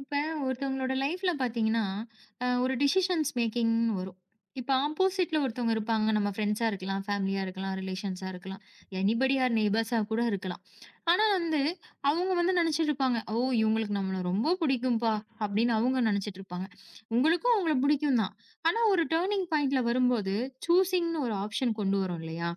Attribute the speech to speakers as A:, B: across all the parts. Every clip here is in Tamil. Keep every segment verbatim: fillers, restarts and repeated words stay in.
A: இப்ப ஒருத்தவங்களோட லைஃப்ல பார்த்தீங்கன்னா, அ ஒரு டிசிஷன்ஸ் மேக்கிங்ன்னு வரும். இப்ப ஆப்போசிட்ல ஒருத்தவங்க இருப்பாங்க. நம்ம ஃப்ரெண்ட்ஸா இருக்கலாம், ஃபேமிலியா இருக்கலாம், ரிலேஷன்ஸா இருக்கலாம். எனிபடி ஆர் நெய்பர்ஸா கூட இருக்கலாம். ஆனா வந்து, அவங்க வந்து நெனச்சிட்டுருப்பாங்க, "ஓ! இவங்களுக்கு நம்மள ரொம்ப பிடிக்கும்பா" அப்படின்னு அவங்க நெனச்சிட்டுருப்பாங்க. உங்களுக்கும் அவங்கள பிடிக்கும் தான். ஆனா ஒரு டர்னிங் பாயிண்ட்ல வரும்போது, சூசிங்ன்னு ஒரு ஆப்ஷன் கொண்டு வரும் இல்லையா?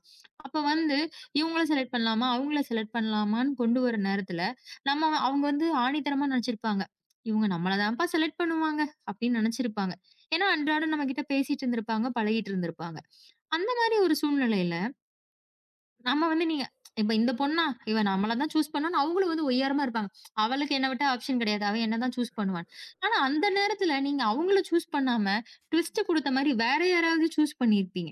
A: அப்ப வந்து இவங்கள செலக்ட் பண்ணலாமா? அவங்கள செலக்ட் பண்ணலாமான்னு கொண்டு வர நேரத்துல, நம்ம அவங்க வந்து ஆணித்தனமா நெனச்சிருப்பாங்க. இவங்க நம்மள தான்ப்பா செலக்ட் பண்ணுவாங்க அப்படின்னு நினைச்சிருப்பாங்க. ஏன்னா அன்றாடம் நம்மகிட்ட பேசிட்டு இருந்திருப்பாங்க, பழகிட்டு இருந்திருப்பாங்க. அந்த மாரி ஒரு சூழ்நிலையில நம்ம வந்து நீங்க இப்ப இந்த பொண்ணா? இவ நம்மள தான் சூஸ் பண்ணான்னு அவங்களும் வந்து ஒய்யாரமா இருப்பாங்க. அவளுக்கு என்ன விட்டா ஆப்ஷன் கிடையாது. அவ என்ன தான் சூஸ் பண்ணுவான்னு. ஆனா அந்த நேரத்துல நீங்க அவங்கள சூஸ் பண்ணாம, ட்விஸ்ட் குடுத்த மாரி வேற யாராவது சூஸ் பண்ணியிருப்பீங்க.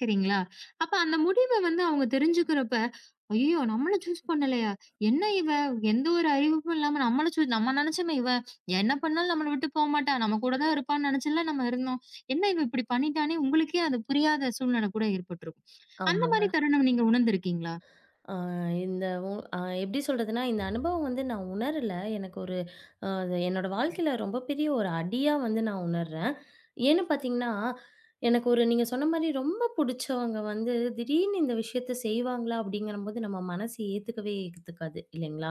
A: சரிங்களா? அப்ப அந்த முடிவ வந்து அவங்க தெரிஞ்சுக்கிறப்ப, "ஐயய்யோ! நம்மள சூஸ் பண்ணலையா? என்ன இவ? எந்த ஒரு அறிவிப்பும் இல்லாம நம்மள சூ நம்ம நெனச்சோமே இவ என்ன பண்ணாலும் நம்மள விட்டு போமாட்டா. நம்ம கூட தான் இருப்பான்னு நெனச்சுல நம்ம இருந்தோம். என்ன இவ இப்படி பண்ணிட்டான்னே" உங்களுக்கே அது புரியாத சூழ்நிலை கூட ஏற்பட்டுருக்கும். அந்த
B: ஆமாங்க.
A: மாரி தருணம் நீங்க உணர்ந்திருக்கீங்களா?
B: ஆ இந்த உ அ எப்படி சொல்றதுன்னா, இந்த அனுபவம் வந்து நான் உணரல. எனக்கு ஒரு அ அது என்னோட வாழ்க்கையில ரொம்ப பெரிய ஒரு அடியா வந்து நான் உணர்றேன். ஏன்னு பார்த்தீங்கன்னா, எனக்கு ஒரு நீங்க சொன்ன மாரி ரொம்ப புடிச்சவங்க வந்து திடீர்னு இந்த விஷயத்த செய்வாங்களா? அப்படிங்கிறம்போது நம்ம மனசு ஏத்துக்கவே ஏத்துக்காது இல்லைங்களா?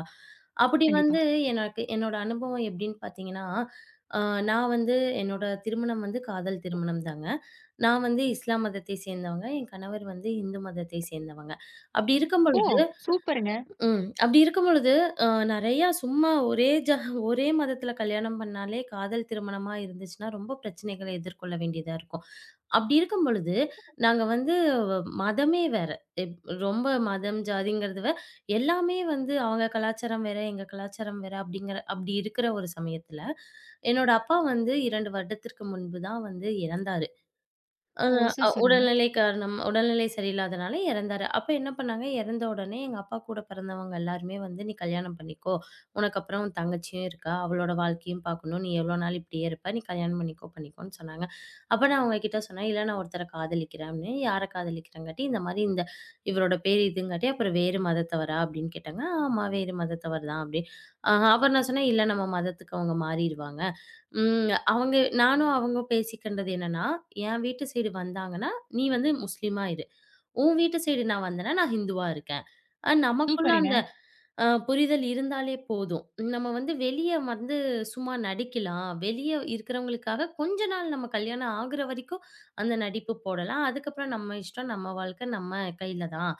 B: அப்படி
A: கண்டிப்பா.
B: வந்து எனக்கு என்னோட அனுபவம் எப்படின்னு பார்த்தீங்கன்னா, அ நான் வந்து என்னோட திருமணம் வந்து காதல் திருமணம் தாங்க. நான் வந்து இஸ்லாம் மதத்தை சேர்ந்தவங்க. என் கணவர் வந்து இந்து மதத்தை சேர்ந்தவங்க. அப்படி இருக்கும்
A: ஓ!
B: பொழுது
A: சூப்பருங்க.
B: ம். அப்படி இருக்கும் பொழுது, அ நெறையா சும்மா ஒரே ஜ ஒரே மதத்தில கல்யாணம் பண்ணாலே காதல் திருமணமா இருந்துச்சுன்னா, ரொம்ப பிரச்சனைகள எதிர்கொள்ள வேண்டியதா இருக்கும். அப்படி இருக்கும் பொழுது, நாங்க வந்து மதமே வேற. எப் ரொம்ப மதம், ஜாதிங்கிறது வே எல்லாமே வந்து அவங்க கலாச்சாரம் வேற, எங்க கலாச்சாரம் வேற அப்படிங்கிற அப்படி இருக்கிற ஒரு சமயத்தில, என்னோட அப்பா வந்து இரண்டு வருடத்திற்கு முன்பு தான் வந்து இறந்தாரு. அ
A: ஓ!
B: அ
A: சரி, சரிங்க.
B: உடல்நிலை காரணம் உடல்நிலை சரியில்லாதனால இறந்தாரு. அப்ப என்ன பண்ணாங்க, இறந்த உடனே எங்க அப்பா கூட பிறந்தவங்க எல்லாருமே வந்து, "நீ கல்யாணம் பண்ணிக்கோ. உனக்கு அப்புறம் உன் தங்கச்சியும் இருக்கா. அவளோட வாழ்க்கையும் பார்க்கணும். நீ எவ்வளோ நாள் இப்படியே இருப்ப. நீ கல்யாணம் பண்ணிக்கோ பண்ணிக்கோன்னு" சொன்னாங்க. அப்ப நான் அவங்க கிட்ட சொன்னேன், "இல்ல நான் ஒருத்தர காதலிக்கிறேன்" அப்டின்னு. "யார காதலிக்கிறங்காட்டி?" "இந்த மாரி இந்த இவரோட பேர் இதுங்காட்டி, அப்புறம் வேறு மதத்தவரா?" அப்படின்னு கேட்டாங்க. "ஆமா, வேறு மதத்தவர் தான்" அப்படி. அ அப்புறம் நான் சொன்னேன், "இல்ல நம்ம மதத்துக்கு அவங்க மாறிருவாங்க." ம். அவங்க நானும் அவங்க பேசிக்கின்றது என்னன்னா, என் வீட்டு சைடு வந்தாங்கன்னா, "நீ வந்து முஸ்லீமா இரு. உன் வீட்டு சைடு நான் வந்தேன்னா, நான் ஹிந்துவா இருக்கேன்." அ நமக்குள்ள
A: சூப்பருங்க.
B: அந்த அ புரிதல் இருந்தாலே போதும். நம்ம வந்து வெளிய வந்து சும்மா நடிக்கலாம். வெளிய இருக்கிறவங்களுக்காக கொஞ்ச நாள் நம்ம கல்யாணம் ஆகுற வரைக்கும் அந்த நடிப்பு போடலாம். அதுக்கப்புறம் நம்ம இஷ்டம், நம்ம வாழ்க்கை நம்ம கையில தான்.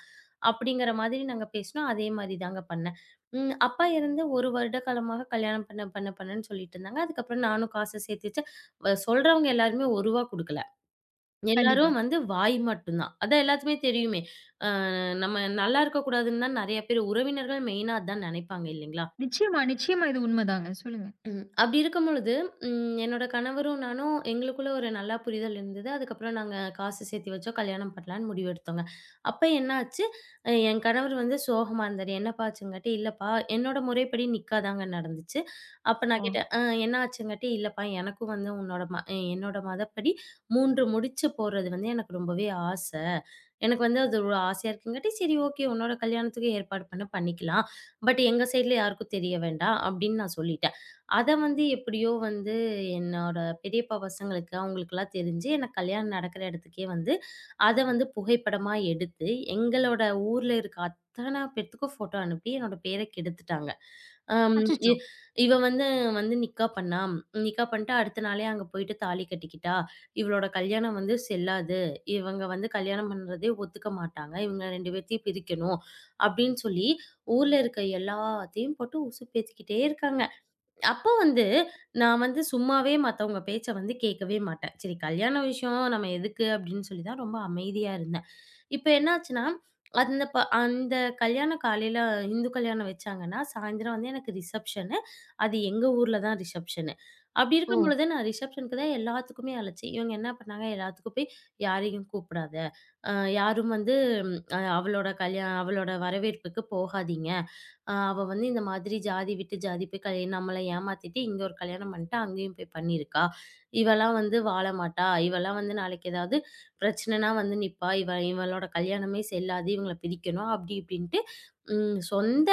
B: அப்படிங்கிற மாதிரி நாங்க பேசினோம். அதே மாரி தாங்க பண்ணேன். ம். அப்பா இறந்து ஒரு வருட காலமாக கல்யாணம் பண்ண பண்ண பண்ணன்னு சொல்லிட்டு இருந்தாங்க. அதுக்கப்புறம் நானும் காச சேர்த்து வச்சேன். வ சொல்றவங்க எல்லாருமே ரூ. ஒரு குடுக்கல.
A: கண்டிப்பா.
B: எல்லாரும் வந்து வாய் மட்டும் தான். அதான் எல்லாத்துக்குமே தெரியுமே. அ நம்ம நல்லா இருக்கக்கூடாதுன்னு தான் நெறைய பேர் உறவினர்கள் மெயினா அதான் நெனைப்பாங்க இல்லைங்களா?
A: நிச்சயமா, நிச்சயமா. இது உண்மதாங்க. சொல்லுங்க.
B: ம். அப்படி இருக்கும் பொழுது, ம் என்னோட கணவரும் நானும் எங்களுக்குள்ள ஒரு நல்லா புரிதல் இருந்தது. அதுக்கப்புறம் நாங்க காசு சேர்த்து வச்சோம். கல்யாணம் பண்ணலான்னு முடிவெடுத்தோங்க. அப்ப என்ன ஆச்சு, அ என் கணவர் வந்து சோகமா இருந்தாரு. "என்னப்பா ஆச்சுங்காட்டி?" "இல்லப்பா, என்னோட முறைப்படி நிக்கா தாங்க நடந்துச்சு." அப்ப நான்
A: ஓ!
B: கேட்டேன், "அ என்ன ஆச்சுங்காட்டி?" "இல்லப்பா, எனக்கும் வந்து உன்னோட ம அ என்னோட மதப்படி மூன்று முடிச்சு போடுறது வந்து எனக்கு ரொம்பவே ஆசை. எனக்கு வந்து அது ஒரு ஆசையா இருக்குங்காட்டி, சரி ஓகே உன்னோட கல்யாணத்துக்கு ஏற்பாடு பண்ண பண்ணிக்கலாம். பட் எங்க சைடுல யாருக்கும் தெரிய வேண்டாம்." அப்படின்னு நான் சொல்லிட்டேன். அத வந்து எப்படியோ வந்து என்னோட பெரியப்பா பசங்களுக்கு, அவங்களுக்கெல்லாம் தெரிஞ்சு எனக்கு கல்யாணம் நடக்கிற இடத்துக்கே வந்து, அத வந்து புகைப்படமா எடுத்து, எங்களோட ஊர்ல இருக்க அத்தன பேத்துக்கும் ஃபோட்டோ அனுப்பி என்னோட பேர கெடுத்துட்டாங்க. அம் இ
A: அச்சச்சோ!
B: இவ வந்து வந்து நிக்கா பண்ணா. நிக்கா பண்ணிட்டு அடுத்த நாளே அங்க போயிட்டு தாலி கட்டிக்கிட்டா. இவளோட கல்யாணம் வந்து செல்லாது. இவங்க வந்து கல்யாணம் பண்றதே ஒத்துக்க மாட்டாங்க. இவங்க ரெண்டு பேத்தையும் பிரிக்கணும். அப்படின்னு சொல்லி, ஊர்ல இருக்க எல்லாத்தையும் போட்டு உசுப்பேத்திக்கிட்டே இருக்காங்க. அப்போ வந்து, நான் வந்து சும்மாவே மத்தவங்க பேச்ச வந்து கேட்கவே மாட்டேன். சரி கல்யாண விஷயம் நம்ம எதுக்கு அப்படின்னு சொல்லி தான் ரொம்ப அமைதியா இருந்தேன். இப்ப என்னாச்சுன்னா, அந்த ப அந்த கல்யாணம் காலையில இந்து கல்யாணம் வச்சாங்கன்னா, சாயந்தரம் வந்து எனக்கு ரிசப்ஷனு. அது எங்க ஊர்ல தான் ரிசப்ஷனு. அப்படி
A: ஓ!
B: இருக்கும் பொழுது நான் ரிசப்ஷனுக்கு தான் எல்லாத்துக்குமே அழைச்சேன். இவங்க என்ன பண்ணாங்க, எல்லாத்துக்கும் போய் யாரையும் கூப்பிடாத. அ யாரும் வந்து அ அவளோட கல்யா அவளோட வரவேற்புக்கு போகாதீங்க. அ அவ வந்து இந்த மாதிரி ஜாதி விட்டு ஜாதி போய் கல் நம்மள ஏமாத்திட்டு இங்க ஒரு கல்யாணம் பண்ணிட்டா, அங்கேயும் போய் பண்ணியிருக்கா. இவலாம் வந்து வாழ மாட்டா. இவலாம் வந்து நாளைக்கு ஏதாவது பிரச்சனைன்னா வந்து நிப்பா. இவ இவளோட கல்யாணமே செல்லாது. இவங்கள பிரிக்கணும். அப்படி இப்படின்ட்டு ம் சொந்த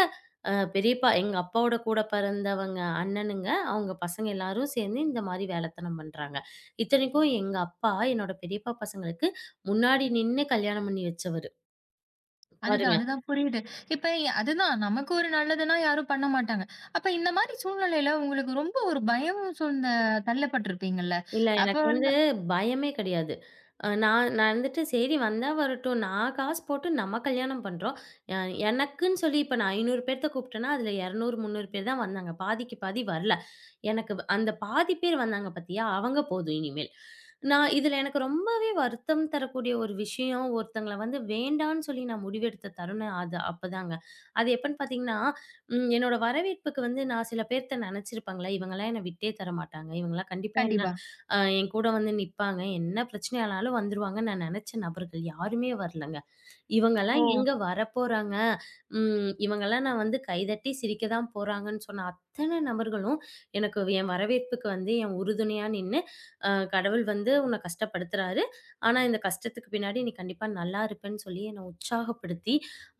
B: அ பெரியப்பா எங்க அப்பாவோட கூட பிறந்தவங்க அண்ணனுங்க, அவங்க பசங்க எல்லாரும் சேர்ந்து இந்த மாரி வேலைத்தனம் பண்றாங்க. இத்தனைக்கும் எங்க அப்பா என்னோட பெரியப்பா பசங்களுக்கு முன்னாடி நின்னு கல்யாணம் பண்ணி வச்சவரு.
A: அதுதான்,
B: பாருங்க.
A: அதுதான் புரியுது. இப்ப இ- அதுதான் நமக்கு ஒரு நல்லதுன்னா யாரும் பண்ண மாட்டாங்க. அப்ப இந்த மாரி சூழ்நிலையில உங்களுக்கு ரொம்ப ஒரு பயம் சூழ்ந்த தள்ளப்பட்டிருப்பீங்கல்ல?
B: இல்ல.
A: அப்ப
B: எனக்கு வந்து
A: வந்து
B: பயமே கிடையாது. அ நான் நான் வந்துட்டு சரி வந்தா வரட்டும். நான் காசு போட்டு நம்ம கல்யாணம் பண்றோம். அ எனக்குன்னு சொல்லி இப்ப நான் ஐநூறு பேர்த்த கூப்பிட்டேன்னா, அதுல இருநூறு, முன்னூறு பேர் தான் வந்தாங்க. பாதிக்கு பாதி வரல. எனக்கு வ- அந்த பாதி பேர் வந்தாங்க பாத்தியா? அவங்க போதும் இனிமேல். நான் இதுல எனக்கு ரொம்பவே வருத்தம் தரக்கூடிய ஒரு விஷயம், ஒருத்தங்கள வந்து வேண்டான்னு சொல்லி நான் முடிவெடுத்த தருணம் அது அப்பதாங்க. அது எப்பன்னு பாத்தீங்கன்னா, ம் என்னோட வரவேற்புக்கு வந்து நான் சில பேர்த்த நெனச்சிருப்பேன்ல, இவங்கலாம் என்ன விட்டே தரமாட்டாங்க. இவங்கலாம் கண்டிப்பா என்ன
A: கண்டிப்பா.
B: அ என் கூட வந்து நிப்பாங்க. என்ன பிரச்சனையானாலும் வந்துருவாங்கன்னு நான் நெனச்ச நபர்கள் யாருமே வரலங்க.
A: ஓ!
B: இவங்கலாம் எங்க வரப்போறாங்க? ம் இவங்கலாம் நான் வந்து கைதட்டி சிரிக்க தான் போறாங்கன்னு சொன்ன அத்தன நபர்களும் எனக்கு என் வரவேற்புக்கு வந்து என் உறுதுணையா நின்னு, அ கடவுள் வந்து உன்ன கஷ்டப்படுத்துறாரு. ஆனா இந்த கஷ்டத்துக்கு பின்னாடி நீ கண்டிப்பா நல்லா இருப்பேன்னு சொல்லி என்ன உற்சாகப்படுத்தி,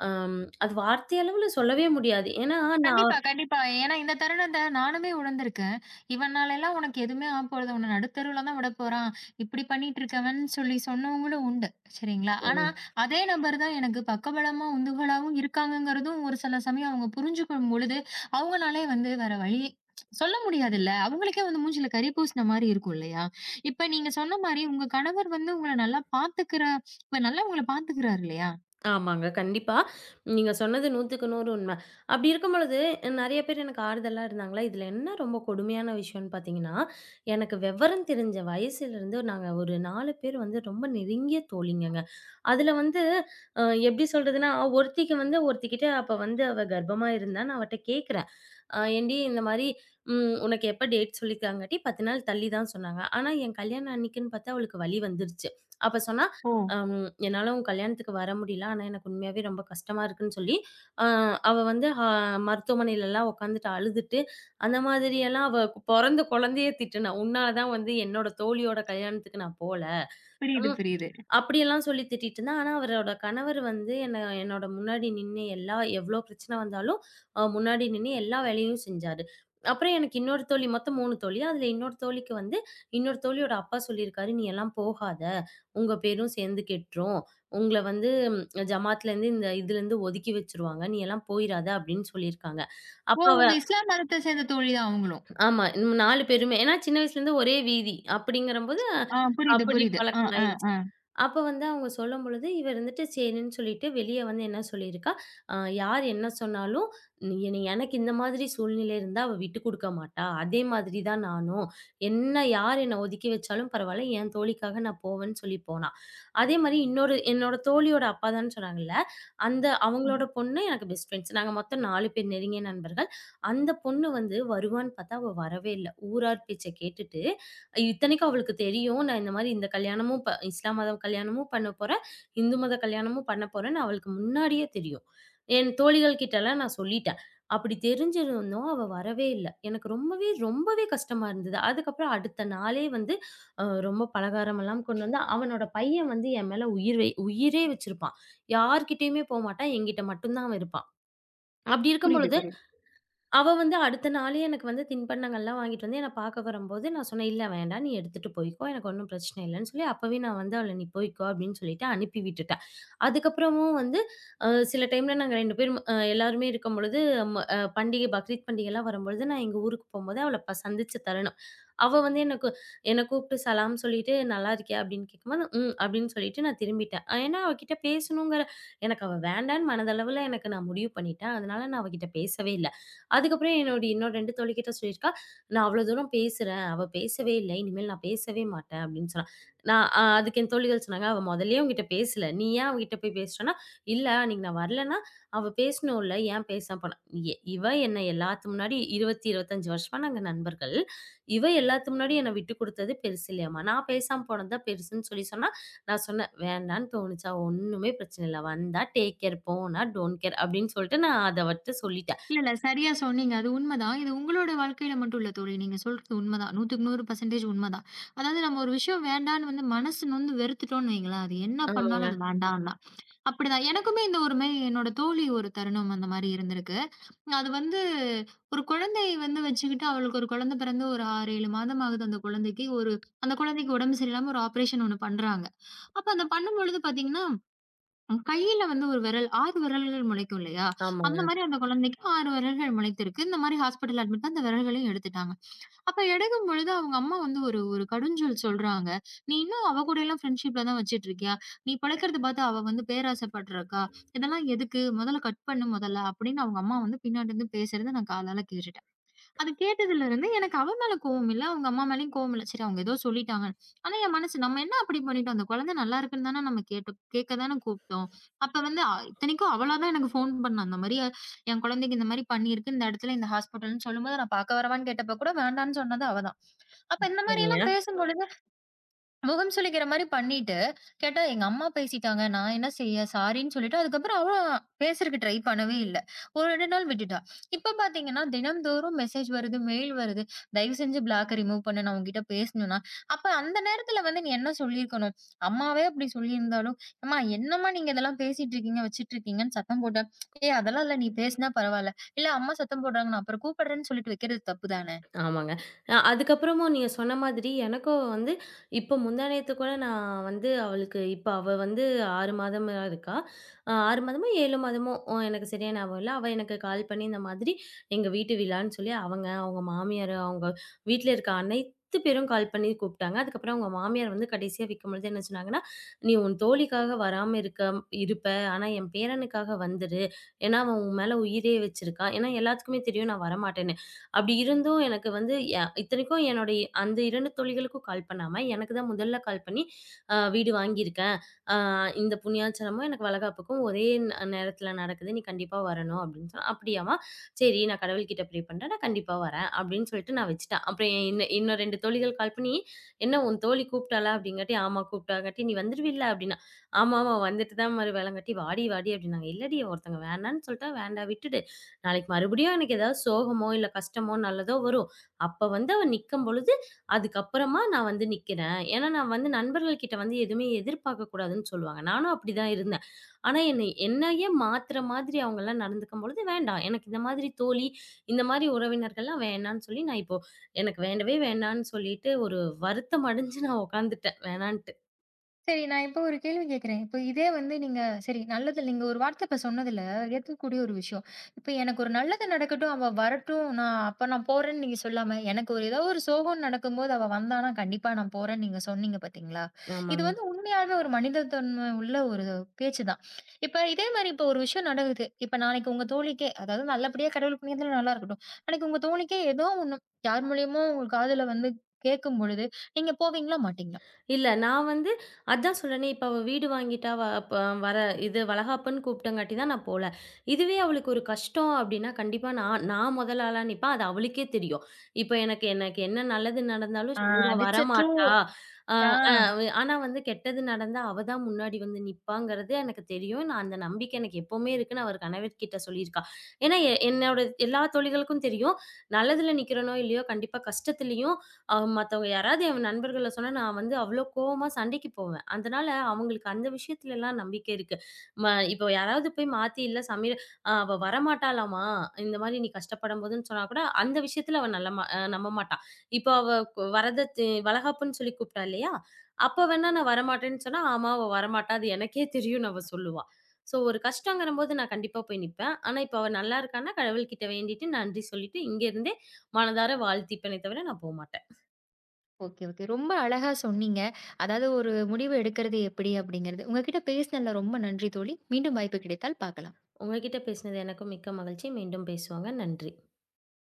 B: அம் அது வார்த்தை அளவுல சொல்லவே முடியாது. ஏன்னா நான்
A: கண்டிப்பா, கண்டிப்பா. ஏன்னா இந்த தருணத்த நானுமே உணர்ந்திருக்கேன். இவனாலலாம் உனக்கு எதுவுமே ஆகப்போறது. உன்ன நடுத்தெருவுல தான் விடப்போறான். இப்படி பண்ணிட்டு இருக்கவன்னு சொல்லி சொன்னவங்களும் உண்டு. சரிங்களா? ஆனா அதே நபர் தான் எனக்கு பக்கபலமா, உந்துகளாவும் இருக்காங்கங்கிறதும் ஒரு சில சமயம் அவங்க புரிஞ்சுக்கும் பொழுது, அவங்கனாலே வந்து வேற வழி சொல்ல முடியாதுல்ல. அவங்களுக்கே வந்து மூஞ்சில கரி பூசின மாரி இருக்கும் இல்லையா? இப்ப நீங்க சொன்ன மாரி உங்க கணவர் வந்து உங்கள நல்லா பாத்துக்கிற இப்ப நல்லா உங்கள பாத்துக்கிறாரு இல்லையா?
B: ஆமாங்க. கண்டிப்பா. நீங்க சொன்னது 100க்கு நூறு உண்ம. அப்படி இருக்கும் பொழுது, நெறைய பேர் எனக்கு ஆறுதலா இருந்தாங்களா, இதுல என்ன ரொம்ப கொடுமையான விஷயம்னு பார்த்தீங்கன்னா, எனக்கு விவரம் தெரிஞ்ச வயசுலருந்து நாங்க ஒரு நாலு பேர் வந்து ரொம்ப நெருங்கிய தோழிங்கங்க. அதுல வந்து அ எப்படி சொல்றதுன்னா, ஒருத்திக்கு வந்து ஒருத்திகிட்ட அப்ப வந்து அவ கர்ப்பமா இருந்தா, நான் அவட்ட கேட்கிறேன். அ ஏன்டி இந்த மாரி ம் உனக்கு எப்ப டேட் சொல்லியிருக்காங்கட்டி பத்து நாள் தள்ளி தான் சொன்னாங்க." ஆனா என் கல்யாணம் அன்னைக்குன்னு பார்த்தா அவளுக்கு வலி வந்துருச்சு. அப்ப சொன்னா,
A: ஓ!
B: அம் என்னால உன் கல்யாணத்துக்கு வர முடியல. ஆனா, எனக்கு உண்மையாவே ரொம்ப கஷ்டமா இருக்குன்னு சொல்லி, அ அவ வந்து ஹ மருத்துவமனையிலலாம் உட்காந்துட்டு அழுதுட்டு, அந்த மாதிரியெல்லாம் அவ பொறந்த குழந்தையே திட்டுனா. "உன்னால தான் வந்து என்னோட தோழியோட கல்யாணத்துக்கு நான் போல."
A: புரியுது,
B: ம்.
A: புரியுது.
B: அப்படியெல்லாம் சொல்லி திட்டிட்டு இருந்தா. ஆனா, அவரோட கணவர் வந்து என்ன என்னோட முன்னாடி நின்னு எல்லா எவ்ளோ பிரச்சனை வந்தாலும், அ முன்னாடி நின்னு எல்லா வேலையும் செஞ்சாரு. அப்புறம் எனக்கு இன்னொரு தோழி மொத்தம் மூணு தோழி. அதுல இன்னொரு தோழிக்கு வந்து இன்னொரு தோழியோட அப்பா சொல்லியிருக்காரு, "நீ எல்லாம் போகாத. உங்க பேரும் சேர்ந்து கெட்டுரும். உங்கள வந்து ஜமாத்லேருந்து இந்த இதுலேருந்து ஒதுக்கி வச்சுருவாங்க. நீ எல்லாம் போயிறாத அப்படின்னு சொல்லியிருக்காங்க. அப்ப
A: ஓ!
B: அவ
A: உங்க இஸ்லாம் மதத்த சேர்ந்த தோழி தான் அவங்களும்.
B: ஆமா. நம்ம நாலு பேருமே ஏன்னா சின்ன வயசுலேருந்து ஒரே வீதி அப்படிங்கிறபோது
A: ஆ புரியுது,
B: அப்படி
A: புரியுது. ஆ, ஆ,
B: பழக்கமாயிருச்சு.
A: ஆ.
B: அப்ப வந்து அவங்க சொல்லும்பொழுது, இவ இருந்துட்டு சரின்னு சொல்லிட்டு வெளிய வந்து என்ன சொல்லியிருக்கா, "அ யார் என்ன சொன்னாலும் நீ என எனக்கு இந்த மாதிரி சூழ்நிலை இருந்தா அவ விட்டு குடுக்க மாட்டா. அதே மாதிரி தான் நானும். என்ன யார் என்ன ஒதுக்கி வச்சாலும் பரவால்ல. என் தோழிக்காக நான் போவேன்னு" சொல்லி போனா. அதே மாரி இன்னொரு என்னோட தோழியோட அப்பா தான் சொன்னாங்கல்ல. அந்த அவங்களோட பொண்ணு எனக்கு பெஸ்ட் ஃப்ரெண்ட்ஸ். நாங்க மொத்தம் நாலு பேர் நெருங்கிய நண்பர்கள். அந்த பொண்ணு வந்து வருவான்னு பார்த்தா, அவ வரவே இல்ல. ஊரார் பேச்ச கேட்டுட்டு இத்தனைக்கும் அவளுக்கு தெரியும். நான் இந்த மாரி இந்த கல்யாணமும் ப இஸ்லாம் மதம் கல்யாணமும் பண்ண போறேன். இந்து மத கல்யாணமும் பண்ண போறேன்னு அவளுக்கு முன்னாடியே தெரியும். என் தோழிகள் கிட்டலாம் நான் சொல்லிட்டேன். அப்படி தெரிஞ்சிருந்தும் அவ வரவே இல்ல. எனக்கு ரொம்பவே, ரொம்பவே கஷ்டமா இருந்தது. அதுக்கப்புறம் அடுத்த நாளே வந்து அ ரொம்ப பலகாரமெல்லாம் கொண்டு வந்து அவனோட பையன் வந்து என் மேல உயிர் வை உயிரே வச்சிருப்பான். யார்கிட்டயுமே போமாட்டான். என்கிட்ட மட்டும் தான் அவன் இருப்பான். அப்படி இருக்கும்
A: புரியுது,
B: பொழுது,
A: புரியுது.
B: அவ வந்து அடுத்த நாளே எனக்கு வந்து தின்பண்டங்கள்லாம் வாங்கிட்டு வந்து என்ன பார்க்க வரும்போது, நான் சொன்னேன், "இல்ல வேண்டாம் நீ எடுத்துட்டு போய்க்கோ. எனக்கு ஒண்ணும் பிரச்சனை இல்லன்னு" சொல்லி அப்பவே நான் வந்து அவள, "நீ போய்க்கோ" அப்படின்னு சொல்லிட்டு அனுப்பி விட்டுட்டேன். அதுக்கப்புறமும் வந்து அ சில டைம்ல நாங்க ரெண்டு பேரும் அ எல்லாருமே இருக்கும்பொழுது, ம அ பண்டிகை பக்ரீத் பண்டிகைலாம் வரும்பொழுது, நான் எங்க ஊருக்கு போம்போது அவள ப சந்திச்ச தருணம். அவ வந்து எனக்கு என்ன கூப்பிட்டு சலாம் சொல்லிட்டு, "நல்லா இருக்கியா?" அப்படின்னு கேட்கும்போது, "ம்" அப்படின்னு சொல்லிட்டு நான் திரும்பிட்டேன். அஹ், ஏன்னா அவகிட்ட பேசணுங்கிற எனக்கு அவ வேண்டான்னு மனதளவுல எனக்கு நான் முடிவு பண்ணிட்டேன். அதனால நான் அவகிட்ட பேசவே இல்ல. அதுக்கப்புறம் என்னோட இன்னொரு ரெண்டு தோழிகிட்ட சொல்லியிருக்கா, "நான் அவ்வளோ தூரம் பேசுறேன். அவ பேசவே இல்ல. இனிமேல் நான் பேசவே மாட்டேன்" அப்படின்னு சொன்னா. நான் அ அதுக்கு என் தோழிகள் சொன்னாங்க, "அவ மொதல்லயே உன்கிட்ட பேசல. நீ ஏன் அவகிட்ட போய் பேசுறன்னா?" "இல்ல, அன்னைக்கு நான் வரலன்னா, அவ பேசணும்ல. ஏன் பேசாம போனா?" எ இவ என்ன எல்லாத்து முன்னாடி இருபது, இருபத்தஞ்சு வருஷமா நாங்க நண்பர்கள். இவ எல்லாத்து முன்னாடி என்ன விட்டு குடுத்தது பெருசு இல்லையாம்மா. நான் பேசாம போனது தான் பெருசுன்னு சொல்லி சொன்னா, நான் சொன்னேன், "வேண்டான்னு தோணுச்சா ஒண்ணுமே பிரச்சனை இல்ல. வந்தா டேக் கேர், போனா டோன்ட் கேர்" அப்படின்னு சொல்லிட்டு நான் அத அவட்ட சொல்லிட்டேன்.
A: இல்ல, இல்ல. சரியா சொன்னீங்க. அது உண்மதான். இது உங்களோட வாழ்க்கையில மட்டும் இல்ல தோழி. நீங்க சொல்றது உண்மதான். நூறுக்கு நூறு சதவீதம் உண்மதான். அதாவது நம்ம ஒரு விஷயம் வேண்டான்னு வந்து மனசு நொந்து வெறுத்துட்டோம்னு வையுங்களேன், அது என்ன
B: ஆமாங்க.
A: பண்ணாலும் அது வேண்டான்னா. அப்படிதான். எனக்குமே இந்த ஒரு மாரி என்னோட தோழி ஒரு தருணம் அந்த மாரி இருந்திருக்கு. அது வந்து ஒரு குழந்தையை வந்து வச்சுக்கிட்டு அவளுக்கு ஒரு குழந்தை பிறந்து ஒரு ஆறு, ஏழு மாதம் ஆகுது அந்த குழந்தைக்கு. ஒரு அந்த குழந்தைக்கு உடம்பு சரியில்லாம ஒரு ஆப்பரேஷன் ஒண்ணு பண்றாங்க. அப்ப அத பண்ணும்பொழுது பார்த்தீங்கன்னா, ம். கையில வந்து ஒரு விரல் ஆறு விரல்கள் முளைக்கும் இல்லையா? அந்த
B: ஆமாங்க.
A: மாரி அந்த குழந்தைக்கு ஆறு விரல்கள் முளைத்திருக்கு. இந்த மாரி ஹாஸ்பிட்டல் அட்மிட் தான் அந்த விரல்களையும் எடுத்துட்டாங்க. அப்ப எடுக்கும் பொழுது அவங்க அம்மா வந்து ஒரு ஒரு கடுஞ்சொல் சொல்றாங்க. "நீ இன்னும் அவ கூடலாம் ஃப்ரெண்ட்ஷிப்ல தான் வச்சுட்டு இருக்கியா? நீ பிழைக்கிறத பார்த்து அவ வந்து பேராசைப்படுறக்கா? இதெல்லாம் எதுக்கு? முதல்ல கட் பண்ணு முதல்ல" அப்படின்னு அவங்க அம்மா வந்து பின்னாடி இருந்து பேசுறத நான் காதால கேட்டுட்டேன். அது கேட்டதிலிருந்து எனக்கு அவ மேல கோவம் இல்ல. அவங்க அம்மா மேலயும் கோவம் இல்ல. சரி அவங்க ஏதோ சொல்லிட்டாங்க. ஆனா என் மனசு நம்ம என்ன அப்படி பண்ணிட்டோம்? அந்த குழந்தை நல்லா இருக்குன்னு தானே நம்ம கேட்டு கேட்க தானே கூப்பிட்டோம். அப்ப வந்து அ இத்தனைக்கும் அவளா தான் எனக்கு ஃபோன் பண்ணா. அந்த மாரி என் குழந்தைக்கு இந்த மாரி பண்ணியிருக்கு. இந்த இடத்துல இந்த ஹாஸ்பிட்டல்ன்னு சொல்லும்போது நான் பார்க்க வரவான்னு கேட்டப்ப கூட வேண்டான்னு சொன்னது அவ தான். அப்ப இந்த
B: சரிங்க.
A: மாரியெல்லாம் பேசும்பொழுது முகம் சுளிக்கிற மாரி பண்ணிட்டு, கேட்டா எங்க அம்மா பேசிட்டாங்க. நான் என்ன செய்ய? சாரின்னு சொல்லிட்டு, அதுக்கப்புறம் அவ பேசுறக்கு ட்ரை பண்ணவே இல்ல. ஒரு இரண்டு நாள் விட்டுட்டா. இப்ப பாத்தீங்கன்னா, தினம்தோறும் மெசேஜ் வருது, மெயில் வருது. தயவு செஞ்சு பிளாக்க ரிமூவ் பண்ணு. நான் உன்கிட்ட பேசணும்னா, அப்ப அந்த நேரத்துல வந்து நீ என்ன சொல்லியிருக்கணும்? அம்மாவே அப்படி சொல்லியிருந்தாலும், "அம்மா என்னம்மா நீங்க இதெல்லாம் பேசிட்டு இருக்கீங்க, வச்சுட்டு இருக்கீங்கன்னு" சத்தம் போட்டா, "ஏய் அதெல்லாம் இல்ல. நீ பேசினா பரவால்ல." "இல்ல அம்மா சத்தம் போடுறாங்க. நான் அப்புறம் கூப்பிடுறேன்னு" சொல்லிட்டு வைக்கிறது தப்பு தான?
B: ஆமாங்க. அ அதுக்கப்புறமும் நீங்க சொன்ன மாதிரி எனக்கும் வந்து இப்போ முந்தா நேத்து கூட நான் வந்து அவளுக்கு இப்ப அவ வந்து ஆறு மாதமா இருக்கா. அ ஆறு மாதமோ, ஏழு மாதமோ அ எனக்கு சரியா ஞாபகம் இல்ல. அவ எனக்கு கால் பண்ணி இந்த மாதிரி எங்க வீட்டு விழான்னு சொல்லி அவங்க, அவங்க மாமியார், அவங்க வீட்ல இருக்க அனைத்து பேரும் கால் பண்ணி கூப்பிட்டாங்க. அதுக்கப்புறம் அவங்க மாமியார் வந்து கடைசியா விக்கும்பொழுது என்ன சொன்னாங்கன்னா, "நீ உன் தோழிக்காக வராம இருக்க இருப்ப. ஆனா என் பேரனுக்காக வந்துரு. ஏன்னா அவன் உன் மேல உயிரே வச்சிருக்கான். ஏன்னா எல்லாத்துக்குமே தெரியும் நான் வரமாட்டேன்னு." அப்படி இருந்தும் எனக்கு வந்து எ இத்தனைக்கும் என்னுடைய அந்த இரண்டு தோழிகளுக்கும் கால் பண்ணாம, எனக்கு தான் முதல்ல கால் பண்ணி, "அ வீடு வாங்கியிருக்கேன். அ இந்த புண்ணியாச்சலமும், எனக்கு வளகாப்புக்கும் ஒரே ந நேரத்தில நடக்குது. நீ கண்டிப்பா வரணும்." அப்படின்னு சொன்னா, "அப்படியாம்மா! சரி நான் கடவுள்கிட்ட ப்ரே பண்றேன். நான் கண்டிப்பா வரேன்." அப்படின்னு சொல்லிட்டு நான் வச்சுட்டேன். அப்புறம் இன்ன இன்னும் ரெண்டு தோழிகள் கால் பண்ணி, "என்ன உன் தோழி கூப்பிட்டாளா?" அப்படிங்காட்டி, "ஆமா கூப்பிட்டாங்காட்டி." "நீ வந்துருவில்ல?" அப்படின்னா, "ஆமா, ஆமா வந்துட்டு தான் மறு வேலங்காட்டி, வாடி வாடி" அப்படின்னாங்க. "இல்லடி ஒருத்தங்க வேணான்னு சொல்லிட்டா, வேண்டாம் விட்டுடு. நாளைக்கு மறுபடியும் எனக்கு ஏதாவது சோகமோ, இல்ல கஷ்டமோ, நல்லதோ வரும். அப்ப வந்து அவ நிக்கும் பொழுது, அதுக்கப்புறமா நான் வந்து நிக்கிறேன். ஏன்னா, நான் வந்து நண்பர்கள் கிட்ட வந்து எதுவுமே எதிர்பார்க்க கூடாதுன்னு சொல்லுவாங்க. நானும் அப்படிதான் இருந்தேன். ஆனா, என்னை என்னையே மாத்துற மாதிரி அவங்கலாம் நடந்துக்கும் பொழுது, வேண்டாம். எனக்கு இந்த மாதிரி தோழி, இந்த மாதிரி உறவினர்கள்லாம் வேணான்னு சொல்லி, நான் இப்போ எனக்கு வேண்டவே வேண்டான்னு சொல்லிட்டு, ஒரு வருத்தம் அடைஞ்சு நான் உட்காந்துட்டேன். வேணான்ட்டு.
A: சரி. நான் இப்போ ஒரு கேள்வி கேட்கிறேன். இப்போ இதே வந்து நீங்க சரி நல்லது நீங்க ஒரு வார்த்தை இப்ப சொன்னதுல ஏத்துக்கக்கூடிய ஒரு விஷயம். இப்ப எனக்கு ஒரு நல்லது நடக்கட்டும், அவ வரட்டும், நான் அப்ப நான் போறேன்னு நீங்க சொல்லாம, எனக்கு ஒரு ஏதோ ஒரு சோகம் நடக்கும்போது அவ வந்தான்னா கண்டிப்பா நான் போறேன்னு நீங்க சொன்னீங்க பாத்தீங்களா?
B: ஆமா.
A: இது வந்து உண்மையாவே ஒரு மனிதத்தன்மை உள்ள ஒரு பேச்சு தான். இப்ப இதே மாரி இப்போ ஒரு விஷயம் நடக்குது. இப்ப நாளைக்கு உங்க தோழிக்கே அதாவது நல்லபடியா கடவுள் புண்ணியத்துல நல்லா இருக்கட்டும். நாளைக்கு உங்க தோழிக்கே ஏதோ ஒண்ணு யார் மூலியமோ உங்க காதுல வந்து கேட்கும் பொழுது, நீங்க போவீங்களா? மாட்டீங்களா?
B: இல்ல. நான் வந்து அதான் சொன்னேனே, இப்ப அவ வீடு வாங்கிட்டா, வ அப்ப வர இது வளகாப்புன்னு கூப்பிட்டங்காட்டி தான் நான் போல. இதுவே அவளுக்கு ஒரு கஷ்டம் அப்டின்னா, கண்டிப்பா நான் நான் முதல் ஆளா நிப்பேன். அது அவளுக்கே தெரியும். இப்ப எனக்கு எனக்கு என்ன நல்லது நடந்தாலும்
A: ஆ.
B: இவ
A: தட்ஸ் அ ட்ரூ
B: வரமாட்டா. அ
A: ஆ.
B: அ ஆனா வந்து கெட்டது நடந்தா, அவ தான் முன்னாடி வந்து நிப்பாங்கிறது எனக்கு தெரியும். நான் அந்த நம்பிக்கை எனக்கு எப்பவுமே இருக்குன்னு அவர் கணவர்கிட்ட சொல்லியிருக்கா. ஏன்னா, எ என்னோட எல்லா தோழிகளுக்கும் தெரியும். நல்லதுல நிக்கிறனோ, இல்லையோ கண்டிப்பா கஷ்டத்துலயும் அ மத்தவங்க யாராவது என் நண்பர்கள்ல சொன்னா, நான் வந்து அவ்ளோ கோவமா சண்டைக்கு போவேன். அதனால அவங்களுக்கு அந்த விஷயத்துலலாம் நம்பிக்கை இருக்கு. ம இப்போ யாராவது போய் மாத்தி இல்ல சமையல் அ "அவ வரமாட்டாளாம்மா, இந்த மாரி நீ கஷ்டப்படும்போதுன்னு" சொன்னா கூட, அந்த விஷயத்துல அவ நல்ல அ நம்ப மாட்டா. இப்போ அவ வரதத்து வளகாப்புன்னு சொல்லி கூப்பிட்டா இல்லையா? அப்ப வேணா நான் வரமாட்டேன்னு சொன்னா, "ஆமா அவ வரமாட்டா. அது எனக்கே தெரியும்ன்னு" அவ சொல்லுவா. ஸோ ஒரு கஷ்டங்கிறம்போது நான் கண்டிப்பா போய் நிப்பேன். ஆனா இப்ப அவ நல்லா இருக்கான்னா கடவுள்கிட்ட வேண்டிட்டு, நன்றி சொல்லிட்டு, இங்க இருந்தே மனதார வாழ்த்திப்பேனே தவிர நான் போமாட்டேன்.
A: Okay, okay. ரொம்ப அழகா சொன்னீங்க. அதாவது ஒரு முடிவு எடுக்கிறது எப்படி அப்படிங்கிறது. உங்க கிட்ட பேசினதுல ரொம்ப நன்றி தோழி. மீண்டும் வாய்ப்பு கிடைத்தால் பார்க்கலாம்.
B: உங்ககிட்ட பேசினது எனக்கும் மிக்க மகிழ்ச்சி. மீண்டும் பேசுவோங்க. நன்றி.